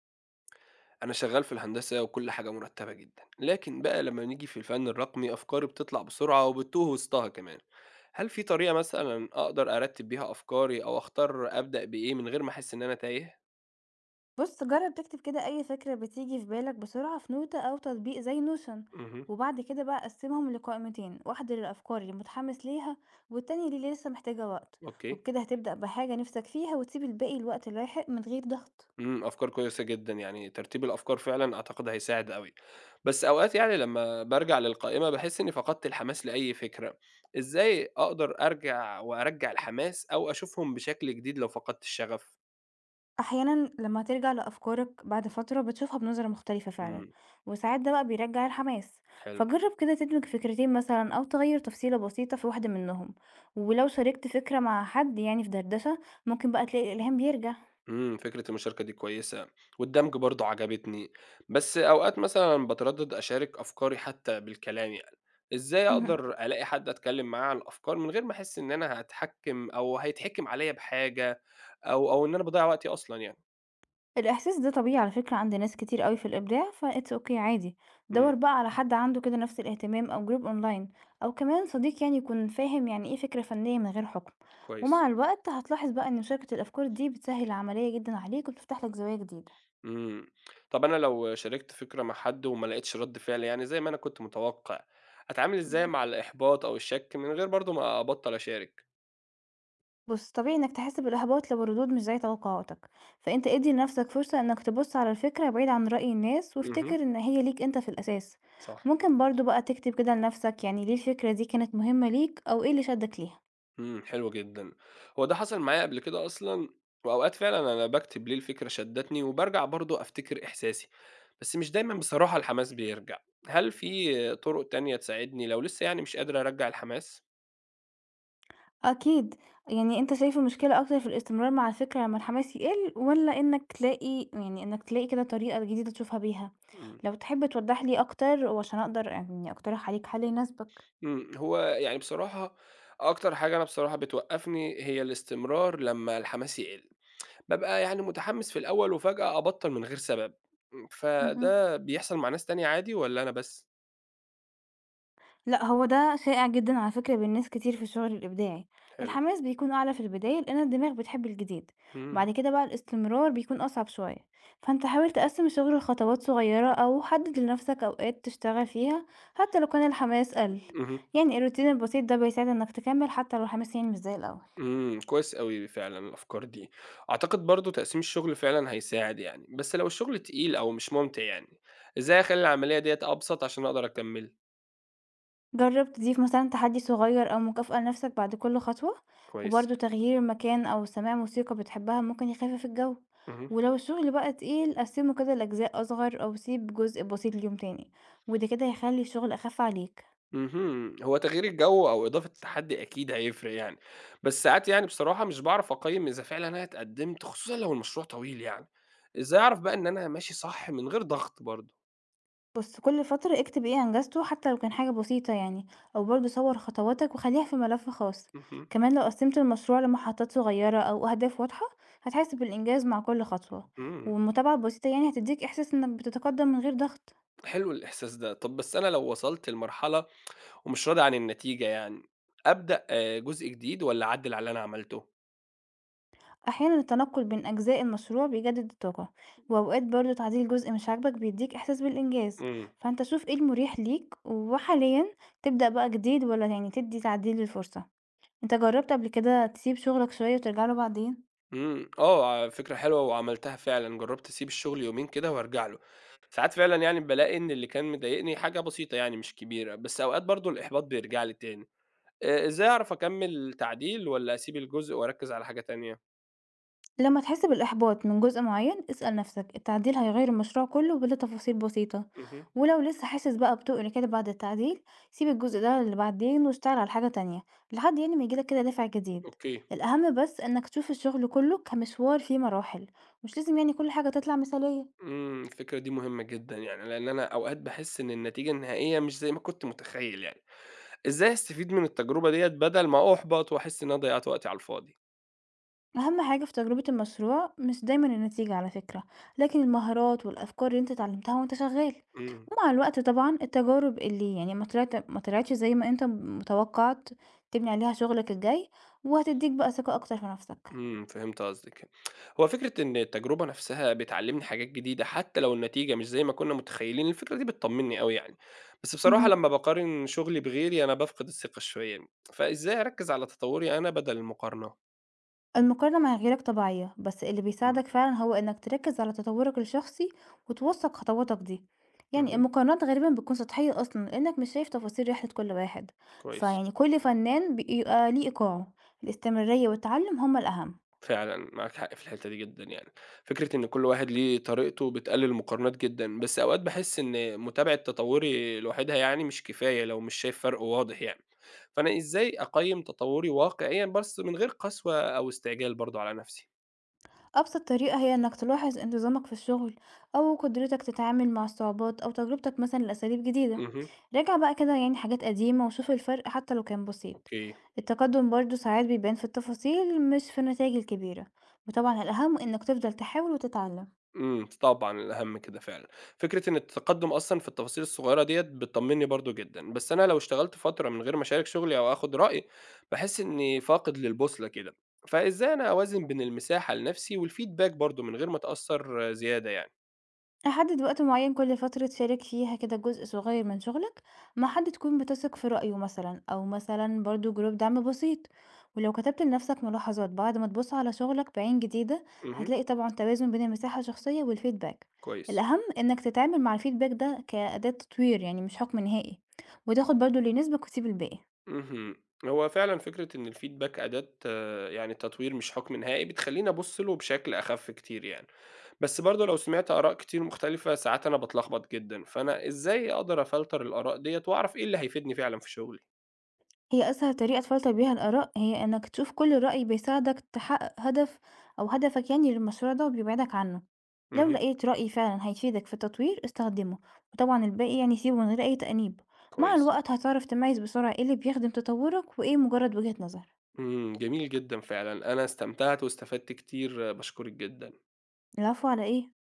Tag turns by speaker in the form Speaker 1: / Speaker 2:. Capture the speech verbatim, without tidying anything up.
Speaker 1: أنا شغال في الهندسة وكل حاجة مرتبة جدًا، لكن بقى لمّا نيجي في الفن الرقمي أفكاري بتطلع بسرعة وبتتوه وسطها كمان، هل في طريقة مثلًا أقدر أرتب بيها أفكاري أو أختار أبدأ بإيه من غير ما أحس إن أنا تايه؟
Speaker 2: بص، جرب تكتب كده أي فكرة بتيجي في بالك بسرعة في نوتة أو تطبيق زي نوشن.
Speaker 1: اهم،
Speaker 2: وبعد كده بقى قسمهم لقائمتين، واحدة للأفكار اللي متحمس ليها والتانية اللي لسه محتاجة وقت.
Speaker 1: أوكي،
Speaker 2: وبكده هتبدأ بحاجة نفسك فيها وتسيب الباقي لوقت لاحق من غير ضغط.
Speaker 1: إمم، أفكار كويسة جدًا، يعني ترتيب الأفكار فعلًا أعتقد هيساعد أوي، بس أوقات يعني لمّا بارجع للقائمة باحس إني فقدت الحماس لأي فكرة، إزاي أقدر أرجع وأرجّع الحماس أو أشوفهم بشكل جديد لو فقدت الشغف؟
Speaker 2: أحيانا لما ترجع لأفكارك بعد فترة بتشوفها بنظرة مختلفة فعلا،
Speaker 1: إمم،
Speaker 2: وساعات ده بقى بيرجع الحماس.
Speaker 1: حلو.
Speaker 2: فجرب كده تدمج فكرتين مثلا أو تغير تفصيلة بسيطة في واحدة منهم، ولو شاركت فكرة مع حد يعني في دردشة ممكن بقى تلاقي الإلهام بيرجع.
Speaker 1: إمم، فكرة المشاركة دي كويسة، والدمج برضه عجبتني، بس أوقات مثلًا باتردد أشارك أفكاري حتى بالكلام يعني، إزاي
Speaker 2: مهم.
Speaker 1: أقدر ألاقي حد أتكلم معاه عن الأفكار من غير ما أحس إن أنا هاتحكم أو هيتحكم عليَّ بحاجة أو أو إن أنا باضيّع وقتي أصلًا يعني؟
Speaker 2: الإحساس ده طبيعي على فكرة عند ناس كتير أوي في الإبداع، ف it's okay عادي.
Speaker 1: إمم،
Speaker 2: دور بقى على حد عنده كده نفس الاهتمام أو جروب أونلاين، أو كمان صديق يعني يكون فاهم يعني إيه فكرة فنية من غير حكم.
Speaker 1: كويس،
Speaker 2: ومع الوقت هتلاحظ بقى إن مشاركة الأفكار دي بتسهل العملية جدا عليك وبتفتح لك زوايا جديدة.
Speaker 1: إمم، طب أنا لو شاركت فكرة مع حد وما لقيتش رد فعل يعني زي ما أنا كنت متوقع، أتعامل إزاي
Speaker 2: مم.
Speaker 1: مع الإحباط أو الشك من غير برضه ما أبطّل أشارك؟
Speaker 2: بص، طبيعي إنك تحس بالإحباط لو الردود مش زي توقعاتك، فأنت ادي لنفسك فرصة إنك تبص على الفكرة بعيد عن رأي الناس،
Speaker 1: اهم،
Speaker 2: وافتكر إن هي ليك أنت في الأساس.
Speaker 1: صح.
Speaker 2: ممكن برضو بقى تكتب كده لنفسك يعني ليه الفكرة دي كانت مهمة ليك أو إيه اللي شدك ليها.
Speaker 1: إمم، حلو جدًا. هو ده حصل معايا قبل كده أصلًا، وأوقات فعلًا أنا باكتب ليه الفكرة شدّتني، وبارجع برضه أفتكر إحساسي، بس مش دايمًا بصراحة الحماس بيرجع. هل في طرق تانية تساعدني لو لسه يعني مش قادر أرجّع الحماس؟
Speaker 2: أكيد. يعني أنت شايف المشكلة أكتر في الاستمرار مع الفكرة لمّا الحماس يقِل، والّا إنّك تلاقي يعني إنّك تلاقي كده طريقة جديدة تشوفها بيها؟
Speaker 1: إمم،
Speaker 2: لو تحب توضّح لي أكتر وعشان أقدر يعني أقترح عليك حل يناسبك.
Speaker 1: إمم، هو يعني بصراحة أكتر حاجة أنا بصراحة بتوقّفني هي الاستمرار لمّا الحماس يقِل. بابقى يعني متحمس في الأول وفجأة أبطّل من غير سبب، إمم،
Speaker 2: اهم.
Speaker 1: فده بيحصل مع ناس تانية عادي والّا أنا بس؟
Speaker 2: لأ، هو ده شائع جدًا على فكرة بين ناس كتير في الشغل الإبداعي،
Speaker 1: حلو،
Speaker 2: الحماس بيكون أعلى في البداية لأن الدماغ بتحب الجديد،
Speaker 1: إمم،
Speaker 2: وبعد كده بقى الاستمرار بيكون أصعب شوية، فأنت حاول تقسّم الشغل لخطوات صغيرة أو حدد لنفسك أوقات تشتغل فيها حتى لو كان الحماس قَل،
Speaker 1: اهم.
Speaker 2: يعني الروتين البسيط ده بيساعد إنك تكمّل حتى لو الحماس يعني مش زي الأول.
Speaker 1: إمم، كويس أوي فعلًا الأفكار دي. أعتقد برضه تقسيم الشغل فعلًا هيساعد يعني، بس لو الشغل تقيل أو مش ممتع يعني، إزاي أخلّي العملية ديّة أبسط عشان أقدر أكمّلها؟
Speaker 2: جرب تضيف مثلا تحدي صغير أو مكافأة لنفسك بعد كل خطوة،
Speaker 1: كويس.
Speaker 2: وبرضه تغيير المكان أو سماع موسيقى بتحبها ممكن يخفف الجو.
Speaker 1: اهم.
Speaker 2: ولو الشغل بقى تقيل قسمه كده لأجزاء أصغر أو سيب جزء بسيط ليوم تاني، وده كده هيخلي الشغل أخف عليك.
Speaker 1: اهم. هو تغيير الجو أو إضافة تحدي أكيد هيفرق يعني، بس ساعات يعني بصراحة مش باعرف أقيّم إذا فعلًا أنا اتقدّمت خصوصًا لو المشروع طويل يعني. إزاي أعرف بقى إن أنا ماشي صح من غير ضغط برضه؟
Speaker 2: بص، كل فترة اكتب ايه أنجزته حتى لو كان حاجة بسيطة يعني، أو برضه صور خطواتك وخليها في ملف خاص.
Speaker 1: اهم.
Speaker 2: كمان لو قسمت المشروع لمحطات صغيرة أو أهداف واضحة هتحس بالإنجاز مع كل خطوة.
Speaker 1: إمم.
Speaker 2: والمتابعة البسيطة يعني هتديك إحساس إنك بتتقدم من غير ضغط.
Speaker 1: حلو الإحساس ده. طَب بس أنا لو وصلت لمرحلة ومش راضي عن النتيجة يعني، أبدأ آه، جزء جديد والّا أعدِّل على اللي أنا عملته؟
Speaker 2: أحيانا التنقل بين أجزاء المشروع بيجدد الطاقة، وأوقات برضه تعديل جزء مش عاجبك بيديك إحساس بالإنجاز.
Speaker 1: إمم،
Speaker 2: فأنت شوف ايه المريح ليك وحاليا تبدأ بقى جديد ولا يعني تدي تعديل للفرصة. انت جربت قبل كده تسيب شغلك شوية وترجعله بعدين؟
Speaker 1: إمم، آه، فكرة حلوة وعملتها فعلًا، جرّبت أسيب الشغل يومين كده وأرجع له، ساعات فعلًا يعني بالاقي إن اللي كان مضايقني حاجة بسيطة يعني مش كبيرة، بس أوقات برضه الإحباط بيرجع لي تاني، آآ إزاي أعرف أكمّل تعديل والّا أسيب الجزء وأركّز على حاجة تانية؟
Speaker 2: لما تحس بالإحباط من جزء معين اسأل نفسك التعديل هيغير المشروع كله بلا تفاصيل بسيطة،
Speaker 1: اهم،
Speaker 2: ولو لسه حاسس بقى بتقل كده بعد التعديل سيب الجزء ده اللي بعدين واشتغل على حاجة تانية لحد يعني ما يجيلك كده دافع جديد.
Speaker 1: أوكي،
Speaker 2: الأهم بس إنك تشوف الشغل كله كمشوار فيه مراحل، مش لازم يعني كل حاجة تطلع مثالية.
Speaker 1: إمم، الفكرة دي مهمة جدًا يعني، لإن أنا أوقات باحس إن النتيجة النهائية مش زي ما كنت متخيّل يعني. إزاي أستفيد من التجربة ديّة بدل ما أُحبط وأحس إن أنا ضيّعت وقتي على الفاضي؟
Speaker 2: أهم حاجة في تجربة المشروع مش دايما النتيجة على فكرة، لكن المهارات والأفكار اللي انت اتعلمتها وانت شغال.
Speaker 1: إمم،
Speaker 2: ومع الوقت طبعا التجارب اللي يعني ما طلعت ما طلعتش زي ما انت متوقعت تبني عليها شغلك الجاي، وهتديك بقى ثقة أكتر في نفسك.
Speaker 1: إمم، فهمت قصدِك. هو فكرة إن التجربة نفسها بتعلّمني حاجات جديدة حتى لو النتيجة مش زي ما كُنّا متخيّلين، الفكرة دي بتطمّني أوي يعني. بس بصراحة
Speaker 2: مهم.
Speaker 1: لمّا باقارن شغلي بغيري أنا بافقد الثقة شوية، فإزاي أركّز على تطوّري أنا بدل المقارنة؟
Speaker 2: المقارنة مع غيرك طبيعية، بس اللي
Speaker 1: إمم،
Speaker 2: بيساعدك فعلا هو إنك تركز على تطورك الشخصي وتوثق خطواتك دي. يعني
Speaker 1: اهم،
Speaker 2: المقارنات غالبا بتكون سطحية أصلا لأنك مش شايف تفاصيل رحلة كل واحد.
Speaker 1: كويس.
Speaker 2: فيعني كل فنان بيبقى ليه إيقاعه، الاستمرارية والتعلم هما الأهم.
Speaker 1: فعلًا، معاك حق في الحتّة دي جدًا يعني. فكرة إن كل واحد ليه طريقته بتقلل المقارنات جدًا، بس أوقات باحس إن متابعة تطوّري لوحدها يعني مش كفاية لو مش شايف فرْق واضح يعني. فأنا إزاي أقيّم تطوّري واقعيًا بس من غير قسوة أو استعجال برضه على نفسي؟
Speaker 2: أبسط طريقة هي إنك تلاحظ انتظامك في الشغل، أو قدرتك تتعامل مع الصعوبات، أو تجربتك مثلا لأساليب جديدة.
Speaker 1: اهم.
Speaker 2: راجع بقى كده يعني حاجات قديمة وشوف الفرق حتى لو كان بسيط.
Speaker 1: أوكي.
Speaker 2: التقدم برضو ساعات بيبان في التفاصيل مش في النتائج الكبيرة، وطبعا الأهم إنك تفضل تحاول وتتعلم.
Speaker 1: إمم، طبعًا الأهم كده فعلًا. فكرة إن التقدُّم أصلًا في التفاصيل الصغيرة ديّة بتطمّني برضه جدًا، بس أنا لو اشتغلت فترة من غير ما أشارك شغلي أو آخُد رأي، باحس إنّي فاقد للبُصلة كده. فإزاي أنا أوازن بين المساحة لنَفْسي والfeedback برضه من غير ما أتأثّر زيادة يعني؟
Speaker 2: حدد وقت معين كل فترة تشارك فيها كده جزء صغير من شغلك مع حد تكون بتثق في رأيه مثلا، أو مثلا برضو جروب دعم بسيط. ولو كتبت لنفسك ملاحظات بعد ما تبص على شغلك بعين جديدة
Speaker 1: اهم،
Speaker 2: هتلاقي طبعا توازن بين المساحة الشخصية والفيدباك.
Speaker 1: كويس.
Speaker 2: الأهم إنك تتعامل مع الفيدباك ده كأداة تطوير يعني مش حكم نهائي، وتاخد برضو اللي يناسبك وتسيب الباقي.
Speaker 1: اهم. هو فعلًا فكرة إن الfeedback أداة آه، يعني تطوير مش حُكم نهائي بتخلّيني أبُص له بشكل أخَف كتير يعني. بس برضه لو سمعت آراء كتير مختلفة ساعات أنا باتلخبط جدًا، فأنا إزاي أقدر أفلتر الآراء ديّة وأعرف إيه اللي هيفيدني فعلًا في شغلي؟
Speaker 2: هي أسهل طريقة تفلتر بيها الآراء هي إنك تشوف كل رأي بيساعدك تحقق هدف أو هدفك يعني للمشروع ده وبيبعدك عنه. لو
Speaker 1: اهم،
Speaker 2: لقيت رأي فعلا هيفيدك في التطوير استخدمه، وطبعا الباقي يعني سيبه من غير أي تأنيب. مع
Speaker 1: كويس،
Speaker 2: الوقت هتعرف تميز بسرعة ايه اللي بيخدم تطورك وايه مجرد وجهة نظر.
Speaker 1: إمم، جميل جدًا فعلًا، أنا استمتعت واستفدت كتير، باشكرِك جدًا.
Speaker 2: العفو على ايه